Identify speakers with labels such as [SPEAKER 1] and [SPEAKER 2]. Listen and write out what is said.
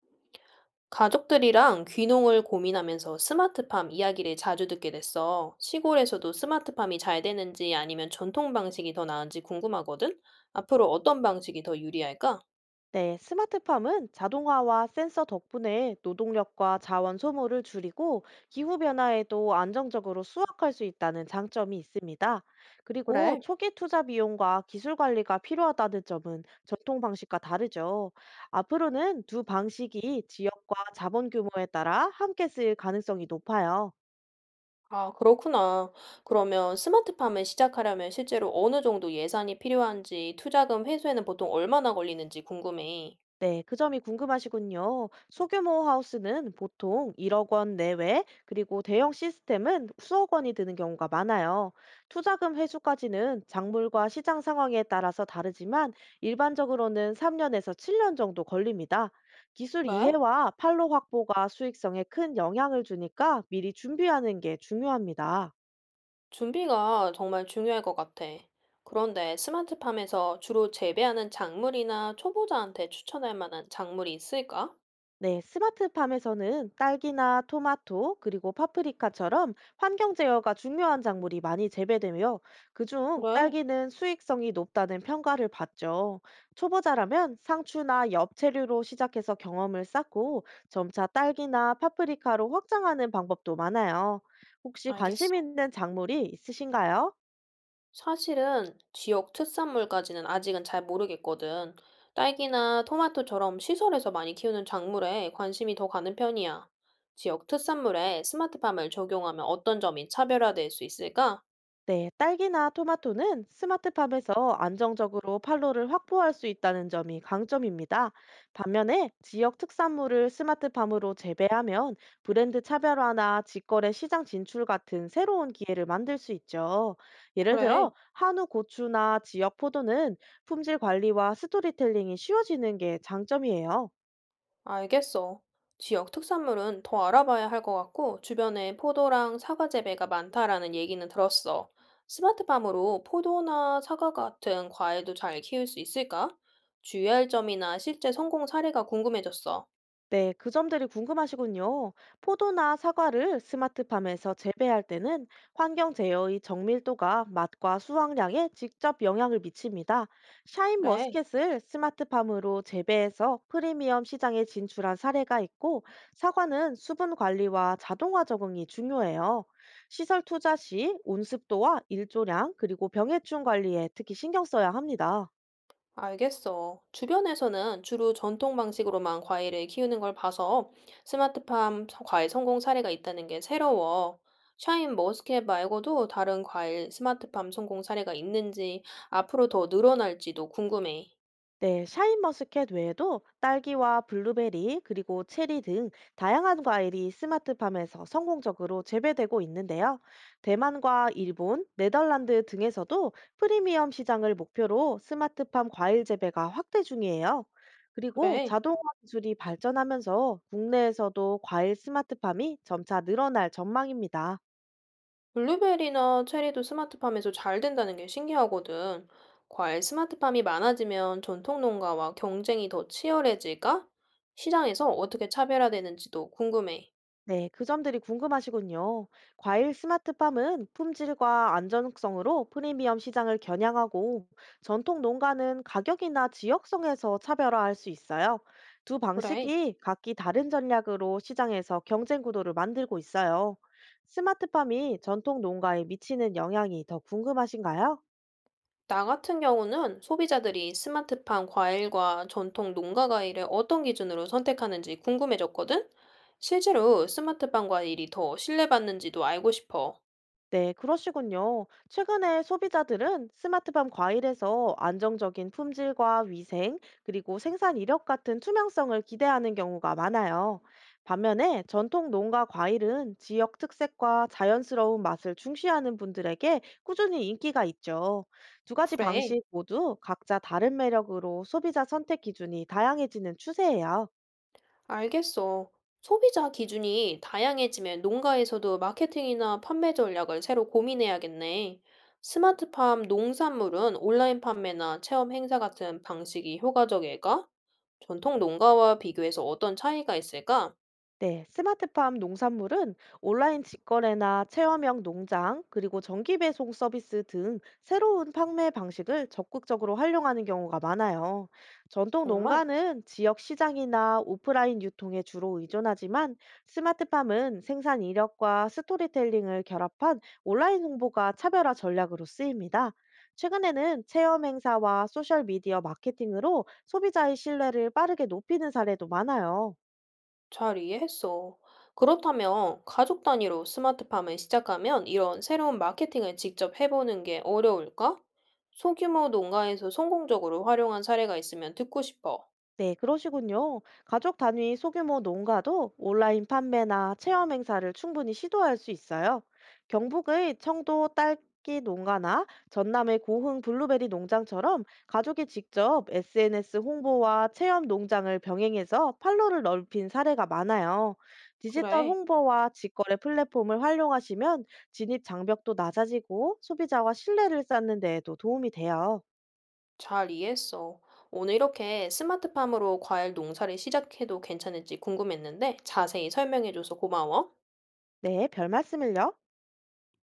[SPEAKER 1] 가족들이랑 귀농을 고민하면서 스마트팜 이야기를 자주 듣게 됐어. 시골에서도 스마트팜이 잘 되는지 아니면 전통 방식이 더 나은지 궁금하거든? 앞으로 어떤 방식이 더 유리할까?
[SPEAKER 2] 네, 스마트팜은 자동화와 센서 덕분에 노동력과 자원 소모를 줄이고 기후변화에도 안정적으로 수확할 수 있다는 장점이 있습니다. 그리고
[SPEAKER 1] 그래.
[SPEAKER 2] 초기 투자 비용과 기술 관리가 필요하다는 점은 전통 방식과 다르죠. 앞으로는 두 방식이 지역과 자본 규모에 따라 함께 쓰일 가능성이 높아요.
[SPEAKER 1] 아, 그렇구나. 그러면 스마트팜을 시작하려면 실제로 어느 정도 예산이 필요한지, 투자금 회수에는 보통 얼마나 걸리는지 궁금해.
[SPEAKER 2] 네, 그 점이 궁금하시군요. 소규모 하우스는 보통 1억 원 내외, 그리고 대형 시스템은 수억 원이 드는 경우가 많아요. 투자금 회수까지는 작물과 시장 상황에 따라서 다르지만 일반적으로는 3년에서 7년 정도 걸립니다. 기술
[SPEAKER 1] 그래?
[SPEAKER 2] 이해와 판로 확보가 수익성에 큰 영향을 주니까 미리 준비하는 게 중요합니다.
[SPEAKER 1] 준비가 정말 중요할 것 같아. 그런데 스마트팜에서 주로 재배하는 작물이나 초보자한테 추천할 만한 작물이 있을까?
[SPEAKER 2] 네, 스마트팜에서는 딸기나 토마토 그리고 파프리카처럼 환경 제어가 중요한 작물이 많이 재배되며 그중
[SPEAKER 1] 그래,
[SPEAKER 2] 딸기는 수익성이 높다는 평가를 받죠. 초보자라면 상추나 엽채류로 시작해서 경험을 쌓고 점차 딸기나 파프리카로 확장하는 방법도 많아요. 혹시 관심
[SPEAKER 1] 알겠어.
[SPEAKER 2] 있는 작물이 있으신가요?
[SPEAKER 1] 사실은 지역 특산물까지는 아직은 잘 모르겠거든. 딸기나 토마토처럼 시설에서 많이 키우는 작물에 관심이 더 가는 편이야. 지역 특산물에 스마트팜을 적용하면 어떤 점이 차별화될 수 있을까?
[SPEAKER 2] 네, 딸기나 토마토는 스마트팜에서 안정적으로 판로를 확보할 수 있다는 점이 강점입니다. 반면에 지역 특산물을 스마트팜으로 재배하면 브랜드 차별화나 직거래 시장 진출 같은 새로운 기회를 만들 수 있죠. 예를
[SPEAKER 1] 그래.
[SPEAKER 2] 들어, 한우 고추나 지역 포도는 품질 관리와 스토리텔링이 쉬워지는 게 장점이에요.
[SPEAKER 1] 알겠어. 지역 특산물은 더 알아봐야 할 것 같고, 주변에 포도랑 사과 재배가 많다라는 얘기는 들었어. 스마트팜으로 포도나 사과 같은 과일도 잘 키울 수 있을까? 주의할 점이나 실제 성공 사례가 궁금해졌어.
[SPEAKER 2] 네, 그 점들이 궁금하시군요. 포도나 사과를 스마트팜에서 재배할 때는 환경 제어의 정밀도가 맛과 수확량에 직접 영향을 미칩니다. 샤인
[SPEAKER 1] 그래.
[SPEAKER 2] 머스켓을 스마트팜으로 재배해서 프리미엄 시장에 진출한 사례가 있고, 사과는 수분 관리와 자동화 적응이 중요해요. 시설 투자 시 온습도와 일조량, 그리고 병해충 관리에 특히 신경 써야 합니다.
[SPEAKER 1] 알겠어. 주변에서는 주로 전통 방식으로만 과일을 키우는 걸 봐서 과일 성공 사례가 있다는 게 새로워. 샤인 머스켓 말고도 다른 과일 스마트팜 성공 사례가 있는지 앞으로 더 늘어날지도 궁금해.
[SPEAKER 2] 네, 샤인머스캣 외에도 딸기와 블루베리, 그리고 체리 등 다양한 과일이 스마트팜에서 성공적으로 재배되고 있는데요. 대만과 일본, 네덜란드 등에서도 프리미엄 시장을 목표로 스마트팜 과일 재배가 확대 중이에요. 그리고
[SPEAKER 1] 그래.
[SPEAKER 2] 자동화 기술이 발전하면서 국내에서도 과일 스마트팜이 점차 늘어날 전망입니다.
[SPEAKER 1] 블루베리나 체리도 스마트팜에서 잘 된다는 게 신기하거든. 과일 스마트팜이 많아지면 전통 농가와 경쟁이 더 치열해질까? 시장에서 어떻게 차별화되는지도 궁금해.
[SPEAKER 2] 네, 그 점들이 궁금하시군요. 과일 스마트팜은 품질과 안전성으로 프리미엄 시장을 겨냥하고 전통 농가는 가격이나 지역성에서 차별화할 수 있어요. 두
[SPEAKER 1] 그래.
[SPEAKER 2] 방식이 각기 다른 전략으로 시장에서 경쟁 구도를 만들고 있어요. 스마트팜이 전통 농가에 미치는 영향이 더 궁금하신가요?
[SPEAKER 1] 나 같은 경우는 소비자들이 스마트팜 과일과 전통 농가 과일을 어떤 기준으로 선택하는지 궁금해졌거든? 실제로 스마트팜 과일이 더 신뢰받는지도 알고 싶어.
[SPEAKER 2] 네, 그러시군요. 최근에 소비자들은 스마트팜 과일에서 안정적인 품질과 위생, 그리고 생산 이력 같은 투명성을 기대하는 경우가 많아요. 반면에 전통 농가 과일은 지역 특색과 자연스러운 맛을 중시하는 분들에게 꾸준히 인기가 있죠. 두 가지
[SPEAKER 1] 그래,
[SPEAKER 2] 방식 모두 각자 다른 매력으로 소비자 선택 기준이 다양해지는 추세예요.
[SPEAKER 1] 알겠어. 소비자 기준이 다양해지면 농가에서도 마케팅이나 판매 전략을 새로 고민해야겠네. 스마트팜 농산물은 온라인 판매나 체험 행사 같은 방식이 효과적일까? 전통 농가와 비교해서 어떤 차이가 있을까?
[SPEAKER 2] 네, 스마트팜 농산물은 온라인 직거래나 체험형 농장, 그리고 전기 배송 서비스 등 새로운 판매 방식을 적극적으로 활용하는 경우가 많아요. 전통
[SPEAKER 1] 정말
[SPEAKER 2] 농가는 지역 시장이나 오프라인 유통에 주로 의존하지만 스마트팜은 생산 이력과 스토리텔링을 결합한 온라인 홍보가 차별화 전략으로 쓰입니다. 최근에는 체험 행사와 소셜 미디어 마케팅으로 소비자의 신뢰를 빠르게 높이는 사례도 많아요.
[SPEAKER 1] 잘 이해했어. 그렇다면 가족 단위로 스마트팜을 시작하면 이런 새로운 마케팅을 직접 해보는 게 어려울까? 소규모 농가에서 성공적으로 활용한 사례가 있으면 듣고 싶어.
[SPEAKER 2] 네, 그러시군요. 가족 단위 소규모 농가도 온라인 판매나 체험 행사를 충분히 시도할 수 있어요. 경북의 청도 딸기 농가나 전남의 고흥 블루베리 농장처럼 가족이 직접 SNS 홍보와 체험 농장을 병행해서 판로를 넓힌 사례가 많아요. 디지털
[SPEAKER 1] 그래,
[SPEAKER 2] 홍보와 직거래 플랫폼을 활용하시면 진입 장벽도 낮아지고 소비자와 신뢰를 쌓는 데에도 도움이 돼요.
[SPEAKER 1] 잘 이해했어. 오늘 이렇게 스마트팜으로 과일 농사를 시작해도 괜찮을지 궁금했는데 자세히 설명해줘서 고마워.
[SPEAKER 2] 네, 별 말씀을요.